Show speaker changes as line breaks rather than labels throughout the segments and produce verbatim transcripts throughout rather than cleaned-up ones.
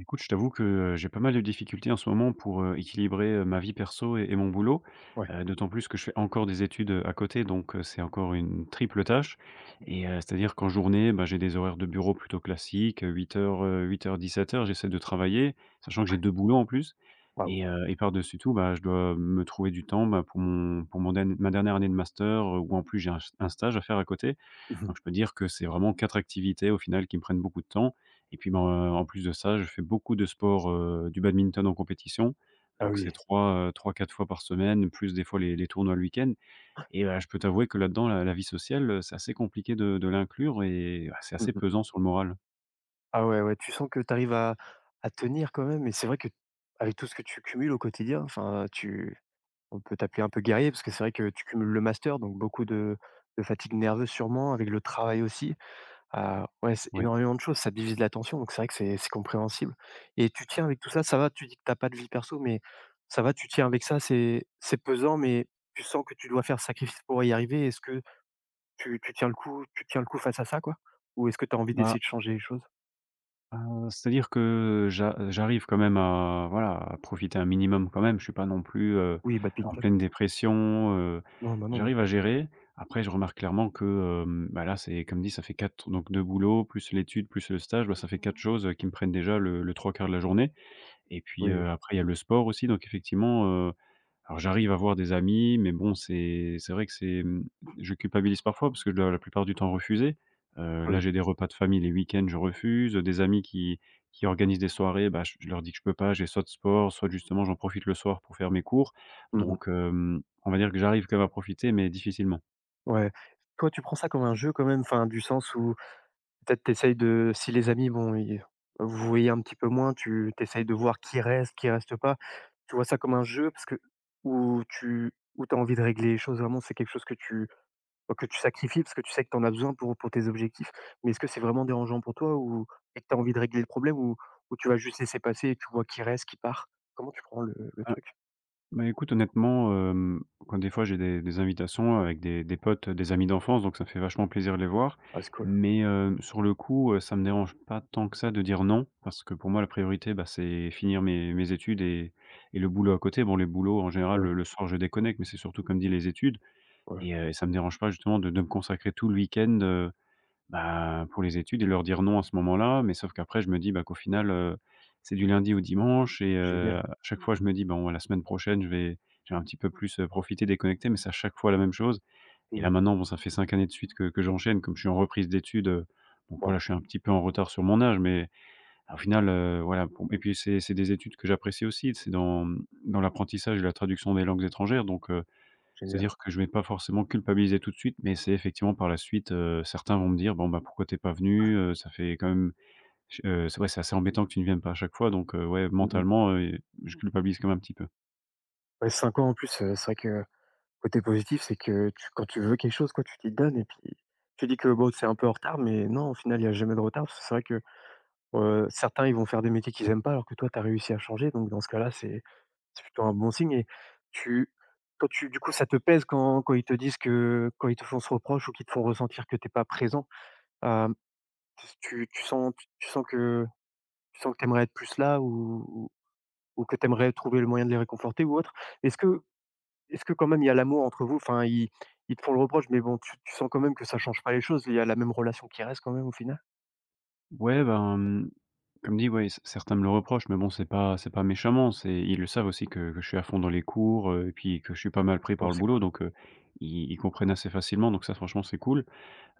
Écoute, je t'avoue que, heu, j'ai pas mal de difficultés en ce moment pour, heu, équilibrer, heu, ma vie perso et et mon boulot.
Ouais,
Heu, d'autant plus que je fais encore des études, heu, à côté, donc heu, c'est encore une triple tâche et heu, c'est-à-dire qu'en journée, bah, j'ai des horaires de bureau plutôt classiques, heu, huit heures, heu, huit heures-dix-sept heures, j'essaie de travailler, sachant que j'ai deux boulots en plus
waouh!
et heu et par-dessus tout, bah, je dois me trouver du temps, bah, pour mon pour mon den ma dernière année de master, heu, où en plus j'ai un un stage à faire à côté.
Mmh.
Donc je peux dire que c'est vraiment quatre activités au final qui me prennent beaucoup de temps et puis, ben, heu, en plus de ça, je fais beaucoup de sport, heu, du badminton en compétition.
Ah
Donc c'est
oui.
trois, heu, trois quatre fois par semaine, plus des fois les les tournois le week-end et heu, je peux t'avouer que là-dedans, la la vie sociale, heu, c'est assez compliqué de de l'inclure et ah, c'est assez
Mmh.
pesant sur le moral.
Ah ouais, ouais, tu sens que tu arrives à à tenir quand même, et c'est vrai que avec tout ce que tu cumules au quotidien, enfin, tu on peut t'appeler un peu guerrier parce que c'est vrai que tu cumules le master, donc beaucoup de de fatigue nerveuse sûrement, avec le travail aussi. Ah ouais, c'est
Ouais.
énormément de choses, ça divise l'attention, donc c'est vrai que c'est c'est compréhensible, et tu tiens avec tout ça, ça va, tu dis que t'as pas de vie perso, mais ça va, tu tiens avec ça, c'est c'est pesant, mais tu sens que tu dois faire sacrifice pour y arriver. Est-ce que Tu tu tiens le coup tu tiens le coup face à ça, quoi? Ou est-ce que tu as envie
Bah,
d'essayer de changer les choses?
Heu, c'est-à-dire que j'a euh, j'arrive quand même à voilà, à profiter un minimum quand même. Je suis pas non plus, heu,
Oui,
en
badminton.
pleine dépression, heu,
Non, bah, non, non.
j'arrive à gérer. Après je remarque clairement que, hem, bah, là, c'est comme dit, ça fait quatre donc deux boulots, plus l'étude, plus le stage, bah, ça fait quatre choses, heu, qui me prennent déjà le le trois quarts de la journée et puis,
Oui,
heu, après il y a le sport aussi donc effectivement, heu alors j'arrive à voir des amis, mais bon, c'est c'est vrai que c'est, mmh, je culpabilise parfois parce que je dois la plupart du temps refuser. Heu, là,
oui.
j'ai des repas de famille les week-ends, je refuse. Des amis qui qui organisent des soirées, bah, je je leur dis que je peux pas, j'ai soit de sport, soit justement j'en profite le soir pour faire mes cours.
Mmh mh.
Donc, hem, on va dire que j'arrive quand même à profiter, mais difficilement.
Ouais. Toi, tu prends ça comme un jeu quand même, enfin, du sens où peut-être tu de si les amis, bon, ils vous voyez un petit peu moins, tu t'essayes de voir qui reste, qui reste pas. Tu vois ça comme un jeu parce que où tu où t'as envie de régler les choses, vraiment, c'est quelque chose que tu que tu sacrifies parce que tu sais que tu en as besoin pour pour tes objectifs. Mais est-ce que c'est vraiment dérangeant pour toi, ou et que tu as envie de régler le problème, ou ou tu vas juste laisser passer et tu vois qui reste, qui part? Comment tu prends le le truc?
Bah, écoute, honnêtement, hem, quand des fois j'ai des des invitations avec des des potes, des amis d'enfance, donc ça me fait vachement plaisir de les voir.
Ah, c'est cool.
Mais, heu, sur le coup, heu, ça me dérange pas tant que ça de dire non, parce que pour moi la priorité, bah, c'est finir mes mes études et et le boulot à côté. Bon, les boulots en général,
Ouais,
le le soir je déconnecte, mais c'est surtout comme dit les études
ouais,
et heu, ça me dérange pas justement de de me consacrer tout le week-end, bah, pour les études et leur dire non à ce moment-là, mais sauf qu'après je me dis, bah, qu'au final, heu, c'est du lundi au dimanche et heu,
génial.
à chaque fois je me dis: «Bon, ouais, la semaine prochaine, je vais je vais un petit peu plus, heu, profiter, déconnecter», mais c'est à chaque fois la même chose et là
Mmh.
maintenant, bon, ça fait cinq années de suite que que j'enchaîne, comme je suis en reprise d'études, heu, donc
Ouais,
voilà, je suis un petit peu en retard sur mon âge, mais au final, heu, voilà pour et puis c'est c'est des études que j'apprécie aussi, c'est dans, mmh, dans l'apprentissage et la traduction des langues étrangères, donc heu
génial.
c'est-à-dire que je vais pas forcément culpabiliser tout de suite, mais c'est effectivement par la suite, heu, certains vont me dire: «Bon, bah, pourquoi tu es pas venu? Heu, ça fait quand même ch c'est ouais, c'est assez embêtant que tu ne viennes pas à chaque fois», donc heu, ouais,
Mmh mh.
mentalement, heu, je culpabilise quand même un petit peu.
Ouais, cinq ans en plus, heu, c'est vrai que côté positif, c'est que tu quand tu veux quelque chose, quoi, tu t'y donnes, et puis tu dis que, bon, c'est un peu en retard, mais non, au final, il y a jamais de retard. Parce que c'est vrai que, heu, certains, ils vont faire des métiers qu'ils aiment pas alors que toi, tu as réussi à changer. Donc dans ce cas-là, c'est C'est plutôt un bon signe. Et tu toi tu du coup, ça te pèse quand quand ils te disent, que quand ils te font ce reproche ou qu'ils te font ressentir que t'es pas présent, hem, tu tu sens tu tu sens que tu sens que t'aimerais être plus là, ou ou ou que t'aimerais trouver le moyen de les réconforter ou autre? Est-ce que est-ce que quand même il y a l'amour entre vous? Enfin, ils ils te font le reproche, mais bon, tu tu sens quand même que ça change pas les choses? Il y a la même relation qui reste quand même au final?
Ouais, ben, mmh, comme dit, ouais, c certains me le reprochent, mais bon, c'est pas c'est pas méchamment, c'est ils le savent aussi que que je suis à fond dans les cours, heu, et puis que je suis pas mal pris
Oh,
par le
c'est
boulot,
cool.
donc heu, ils ils comprennent assez facilement, donc ça, franchement, c'est cool.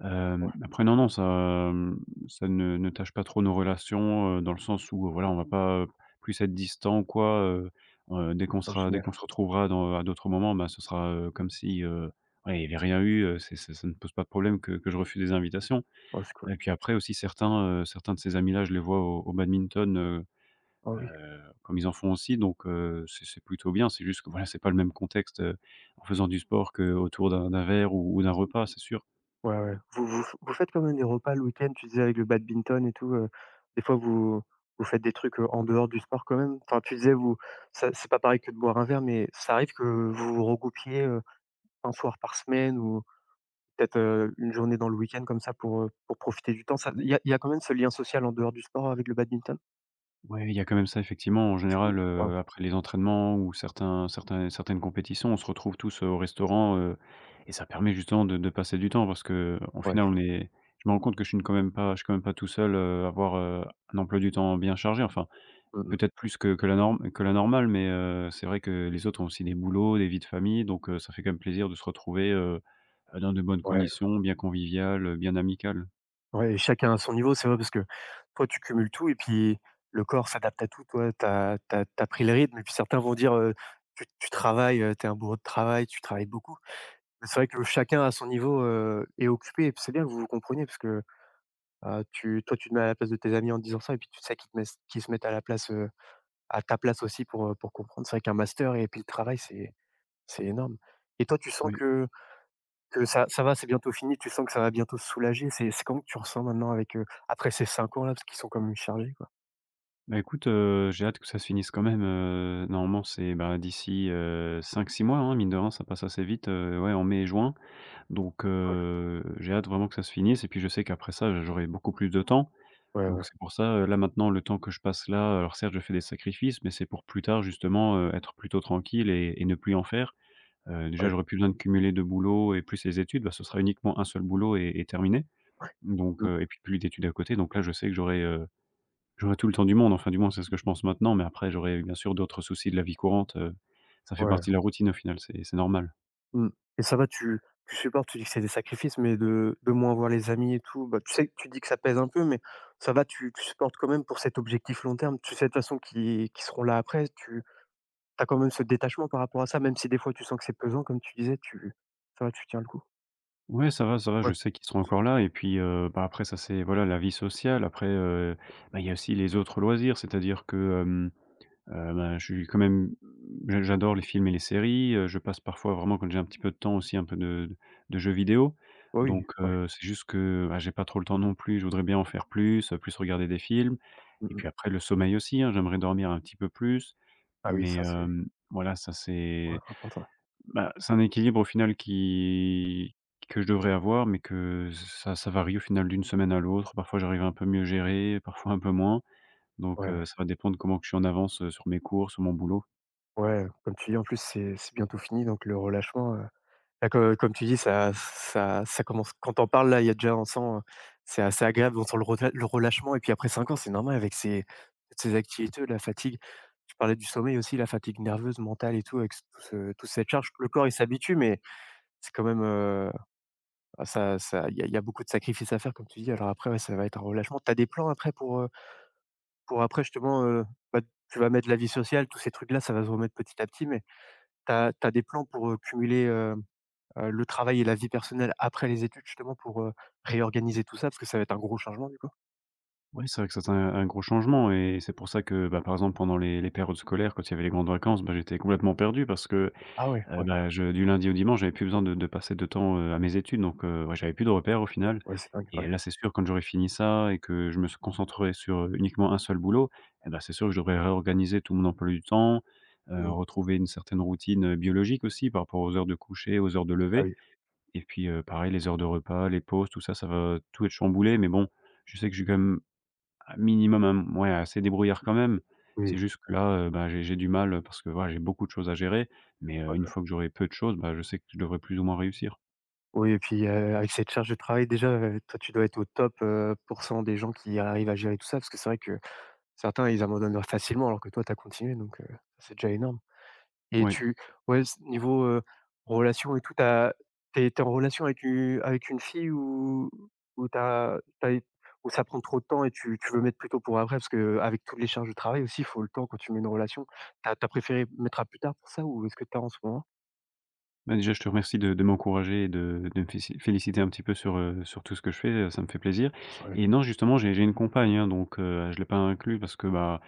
Hem,
Ouais,
après non, non, ça, hem, ça ne ne tâche pas trop nos relations, heu, dans le sens où, euh, voilà, on va pas, heu, plus être distant quoi, heu heu, dès qu'on
oh
sera dès
génial.
qu'on se retrouvera dans à d'autres moments, bah, ce sera, heu, comme si, heu, ouais, il y avait rien eu, heu, c'est c'est ça ne pose pas de problème que que je refuse des invitations
Ouais, c'est cool.
et puis après aussi certains, heu, certains de ces amis-là, je les vois au au badminton, heu
Ah oui.
heu, comme ils en font aussi donc heu, c'est c'est plutôt bien. C'est juste que, voilà, c'est pas le même contexte, heu, en faisant du sport qu'autour d'un d'un verre ou ou d'un repas, c'est sûr.
Ouais, ouais. Vous vous f vous faites quand même des repas le week-end, tu disais, avec le badminton et tout, heu, des fois vous vous faites des trucs, heu, en dehors du sport quand même? Enfin, tu disais vous ça c'est pas pareil que de boire un verre, mais ça arrive que vous vous regroupiez, heu, un soir par semaine, ou peut-être, heu, une journée dans le week-end comme ça pour, heu, pour profiter du temps? Ça il y a il y a quand même ce lien social en dehors du sport avec le badminton?
Ouais, il y a quand même ça effectivement. En
C'est cool.
général,
Waouh,
heu, après les entraînements ou certains certains certaines compétitions, on se retrouve tous, heu, au restaurant, heu et ça permet justement de de passer du temps parce qu'au
ouais.
final, on est je me rends compte que je suis n quand même pas je suis quand même pas tout seul, heu, à avoir, heu, un emploi du temps bien chargé. Enfin,
Mmh mh.
peut-être plus que que la norme que la normale, mais heu, c'est vrai que les autres ont aussi des boulots, des vies de famille, donc heu, ça fait quand même plaisir de se retrouver, heu, dans de bonnes
Ouais.
conditions, bien conviviales, bien amicales.
Ouais, et chacun à son niveau, c'est vrai, parce que toi, tu cumules tout, et puis le corps s'adapte à tout. Toi, tu as tu pris le rythme, et puis certains vont dire, heu: «Tu tu travailles, heu, tu es un bourreau de travail, tu travailles beaucoup». Mais c'est vrai que chacun à son niveau, heu, est occupé, et puis c'est bien que vous vous compreniez, parce que, heu, tu toi, tu te mets à la place de tes amis en disant ça, et puis tu sais qu'ils te mess qu'ils se mettent à la place, heu, à ta place aussi pour, heu, pour comprendre. C'est vrai qu'un master et puis le travail, c'est c'est énorme, et toi, tu sens
Ouais.
que que ça ça va, c'est bientôt fini, tu sens que ça va bientôt se soulager, c'est c'est comment que tu ressens maintenant avec, heu, après ces cinq ans là, parce qu'ils sont quand même chargés, quoi?
Bah, écoute, heu, j'ai hâte que ça se finisse quand même, heu, normalement c'est, bah, d'ici, heu, cinq six mois, hein, mine de rien, ça passe assez vite, heu, ouais, en mai et juin. Donc
Cool.
heu, j'ai hâte vraiment que ça se finisse et puis je sais qu'après ça, j'aurai beaucoup plus de temps.
Ouais,
Donc
ouais,
c'est pour ça, heu, là, maintenant, le temps que je passe là, alors certes, je fais des sacrifices, mais c'est pour plus tard justement, heu, être plutôt tranquille et et ne plus en faire. Heu, déjà,
ouais,
j'aurais plus besoin de cumuler deux boulots et plus les études, bah, ce sera uniquement un seul boulot et et terminé. Donc heu
mmh,
et puis plus d'études à côté. Donc là, je sais que j'aurai, j'aurais tout le temps du monde, enfin du moins c'est ce que je pense maintenant, mais après j'aurais bien sûr d'autres soucis de la vie courante, heu, ça fait
ouais,
partie de la routine au final, c'est c'est normal.
mmh, et ça va, tu tu supportes, tu dis que c'est des sacrifices, mais de de moins voir les amis et tout, bah, tu sais, que tu dis que ça pèse un peu, mais ça va, tu tu supportes quand même pour cet objectif long terme. Tu sais de toute façon qu'ils qu'ils seront là après, tu as quand même ce détachement par rapport à ça, même si des fois tu sens que c'est pesant comme tu disais, tu ça va, tu tiens le coup.
Ouais, ça va, ça va, je
Ouais,
sais qu'ils seront encore là et puis, heu, bah, après ça c'est voilà la vie sociale, après, heu, bah, il y a aussi les autres loisirs, c'est-à-dire que, hem Heu, ben, je suis quand même j'a j'adore les films et les séries, heu, je passe parfois vraiment quand j'ai un petit peu de temps aussi un peu de de de jeux vidéo.
ouais, oui,
Donc
ouais,
heu, c'est juste que, bah, j'ai pas trop le temps non plus, je voudrais bien en faire plus, heu, plus regarder des films
mmh
et
mh.
puis après le sommeil aussi, hein, j'aimerais dormir un petit peu plus.
Ah oui,
Mais
ça c'est
hem, voilà, ça
ouais,
c'est
important.
bah, c'est un équilibre au final qui que je devrais avoir mais que ça ça varie au final d'une semaine à l'autre. Parfois j'arrive à un peu mieux gérer, parfois un peu moins. Donc
Ouais, ouais.
heu, ça va dépendre comment que je suis en avance, heu, sur mes cours, sur mon boulot.
Ouais, comme tu dis, en plus, c'est c'est bientôt fini, donc le relâchement, heu, bah, co comme tu dis, ça ça ça commence quand tu en parles là, il y a déjà on sent, heu, c'est assez agréable, on sent le relâ le relâchement, et puis après cinq ans, c'est normal avec ces toutes ces activités, la fatigue. Tu parlais du sommeil aussi, la fatigue nerveuse, mentale et tout avec ce tout ce toute cette charge. Le corps, il s'habitue, mais c'est quand même, heu, ah ça ça il y a il y a beaucoup de sacrifices à faire comme tu dis. Alors après, ouais, ça va être un relâchement. Tu as des plans après pour, heu, pour après justement, heu, bah, tu vas mettre la vie sociale, tous ces trucs là, ça va se remettre petit à petit, mais tu as des plans pour, heu, cumuler, heu heu, le travail et la vie personnelle après les études justement pour, heu, réorganiser tout ça? Parce que ça va être un gros changement du coup?
Oui, c'est vrai que ça, c'est un un gros changement et c'est pour ça que, bah, par exemple, pendant les les périodes scolaires, quand il y avait les grandes vacances, bah, j'étais complètement perdu parce que,
Ah ouais,
heu,
ouais,
bah, je du lundi au dimanche, j'avais plus besoin de de passer de temps, heu, à mes études donc heu, ouais, j'avais plus de repères au final
ouais, c'est dingue,
et
ouais.
là, c'est sûr, quand j'aurais fini ça et que je me concentrerai sur, heu, uniquement un seul boulot et bah, c'est sûr que je devrais réorganiser tout mon emploi du temps, heu,
Mmh.
retrouver une certaine routine, heu, biologique aussi par rapport aux heures de coucher, aux heures de
Ah
lever
oui,
et puis, heu, pareil, les heures de repas, les pauses, tout ça, ça va tout être chamboulé mais bon, je sais que je suis quand même un minimum, un ouais, assez débrouillard quand même.
oui,
C'est juste que là, heu, bah, j'ai j'ai du mal, heu, parce que voilà, j'ai beaucoup de choses à gérer, mais heu,
ouais,
une
ouais.
fois que j'aurai peu de choses, bah, je sais que je devrais plus ou moins réussir.
Oui, et puis, heu, avec cette charge de travail déjà, heu, toi tu dois être au top, euh, pour cent des gens qui arrivent à gérer tout ça, parce que c'est vrai que certains ils abandonnent facilement alors que toi tu as continué, donc, heu, c'est déjà énorme. Et
Oui.
tu Ouais, c niveau, heu, relation et tout, tu as tu en relation avec une avec une fille, ou ou tu as ou ça prend trop de temps, et tu tu veux mettre plutôt pour après? Parce que avec toutes les charges de travail aussi, il faut le temps quand tu mets une relation. T'as as préféré mettre à plus tard pour ça, ou est-ce que t'as en ce moment?
Bah, déjà, je te remercie de de m'encourager et de de me féci féliciter un petit peu sur, heu, sur tout ce que je fais, heu, ça me fait plaisir
Ouais,
et non, justement, j'ai j'ai une compagne, hein, donc heu, je l'ai pas inclus parce que, bah,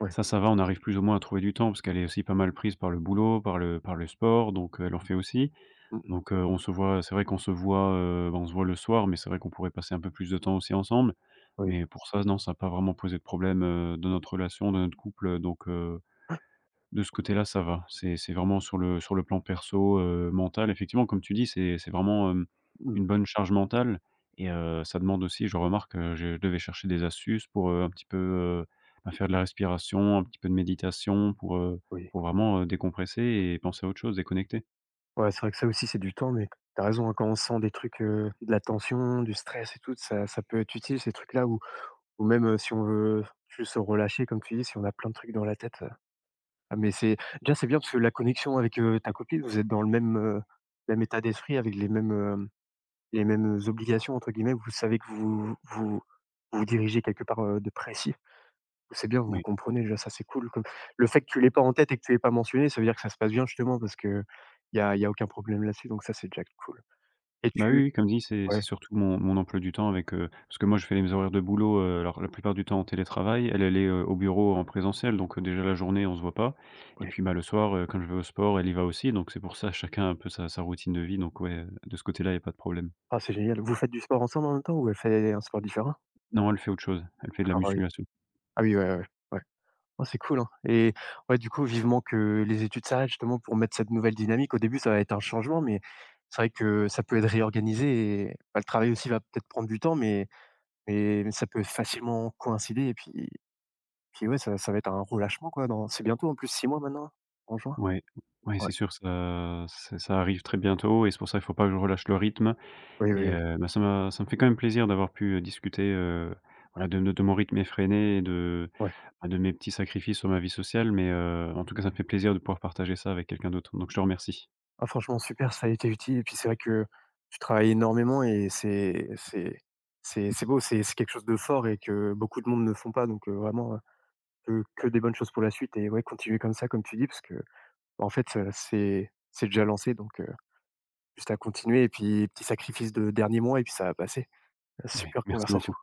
ouais.
ça, ça va, on arrive plus ou moins à trouver du temps parce qu'elle est aussi pas mal prise par le boulot, par le par le sport, donc heu, elle en fait aussi.
Mmh mh.
Donc, heu, on se voit c'est vrai qu'on se voit, heu, bah, on se voit le soir, mais c'est vrai qu'on pourrait passer un peu plus de temps aussi ensemble.
Oui.
Mais pour ça, non, ça n'a pas vraiment posé de problème, heu, dans notre relation, dans notre couple, donc, heu, de ce côté-là, ça va. C'est c'est vraiment sur le sur le plan perso, heu, mental, effectivement, comme tu dis, c'est c'est vraiment, hem,
Mmh,
une bonne charge mentale et heu, ça demande aussi, je remarque, heu, je devais chercher des astuces pour, heu, un petit peu, heu, bah, faire de la respiration, un petit peu de méditation pour, heu,
oui.
pour vraiment, heu, décompresser et penser à autre chose, déconnecter.
Ouais, c'est vrai que ça aussi, c'est du temps, mais t'as raison, hein, quand on sent des trucs, heu, de la tension, du stress et tout, ça ça peut être utile ces trucs-là, ou ou même, heu, si on veut juste se relâcher comme tu dis, si on a plein de trucs dans la tête, ah mais c'est déjà, c'est bien parce que la connexion avec, heu, ta copine, vous êtes dans le même, heu, même état d'esprit, avec les mêmes, hem, les mêmes «obligations» entre guillemets. Vous savez que vous vous vous vous dirigez quelque part, heu, de précis. C'est bien, vous vous
Oui.
comprenez déjà, ça c'est cool, comme le fait que tu l'aies pas en tête et que tu l'aies pas mentionné, ça veut dire que ça se passe bien justement parce qu'il y a il y a aucun problème là-dessus, donc ça, c'est déjà cool. et
Bah, oui,
tu
oui, comme dit, c'est c'est
Ouais,
surtout mon mon emploi du temps avec, heu parce que moi je fais les horaires de boulot, heu, alors la plupart du temps en télétravail. Elle, elle est, heu, au bureau en présentiel, donc heu, déjà la journée on se voit pas et
ouais.
puis, bah, le soir, heu, quand je vais au sport, elle y va aussi, donc c'est pour ça chacun a un peu sa sa routine de vie, donc ouais, heu, de ce côté-là, il y a pas de problème.
Ah, c'est génial. Vous faites du sport ensemble en même temps, ou elle fait un sport différent?
Non, elle fait autre chose, elle fait de la
D'accord, ah oui.
musculation.
Ah oui, ouais, ouais, ouais. Ouais. Oh, c'est cool, hein, et ouais, du coup, vivement que les études s'arrêtent justement pour mettre cette nouvelle dynamique. Au début, ça va être un changement, mais c'est vrai que ça peut être réorganisé, et bah, le travail aussi va peut-être prendre du temps, mais mais mais ça peut facilement coïncider, et puis puis ouais, ça ça va être un relâchement quoi, dans c'est bientôt en plus six mois maintenant, en juin?
Ouais, ouais, c'est
Ouais.
sûr, ça ça ça arrive très bientôt et c'est pour ça il faut pas que je relâche le rythme.
Oui,
Et
oui, oui,
heu, bah, ça m'a ça me fait quand même plaisir d'avoir pu, heu, discuter, heu, voilà de de de mon rythme effréné et de,
ouais.
bah, de mes petits sacrifices sur ma vie sociale mais heu, en tout cas, ça me fait plaisir de pouvoir partager ça avec quelqu'un d'autre, donc je te remercie.
Ah franchement super, ça a été utile, et puis c'est vrai que tu travailles énormément, et c'est c'est c'est c'est beau, c'est c'est quelque chose de fort et que beaucoup de monde ne font pas, donc heu, vraiment, Que que des bonnes choses pour la suite, et ouais, continuer comme ça, comme tu dis, parce que, bah, en fait, heu, c'est c'est déjà lancé, donc heu, juste à continuer, et puis petit sacrifice de dernier mois et puis ça va passer.
Ouais,
Super
merci beaucoup.
conversation.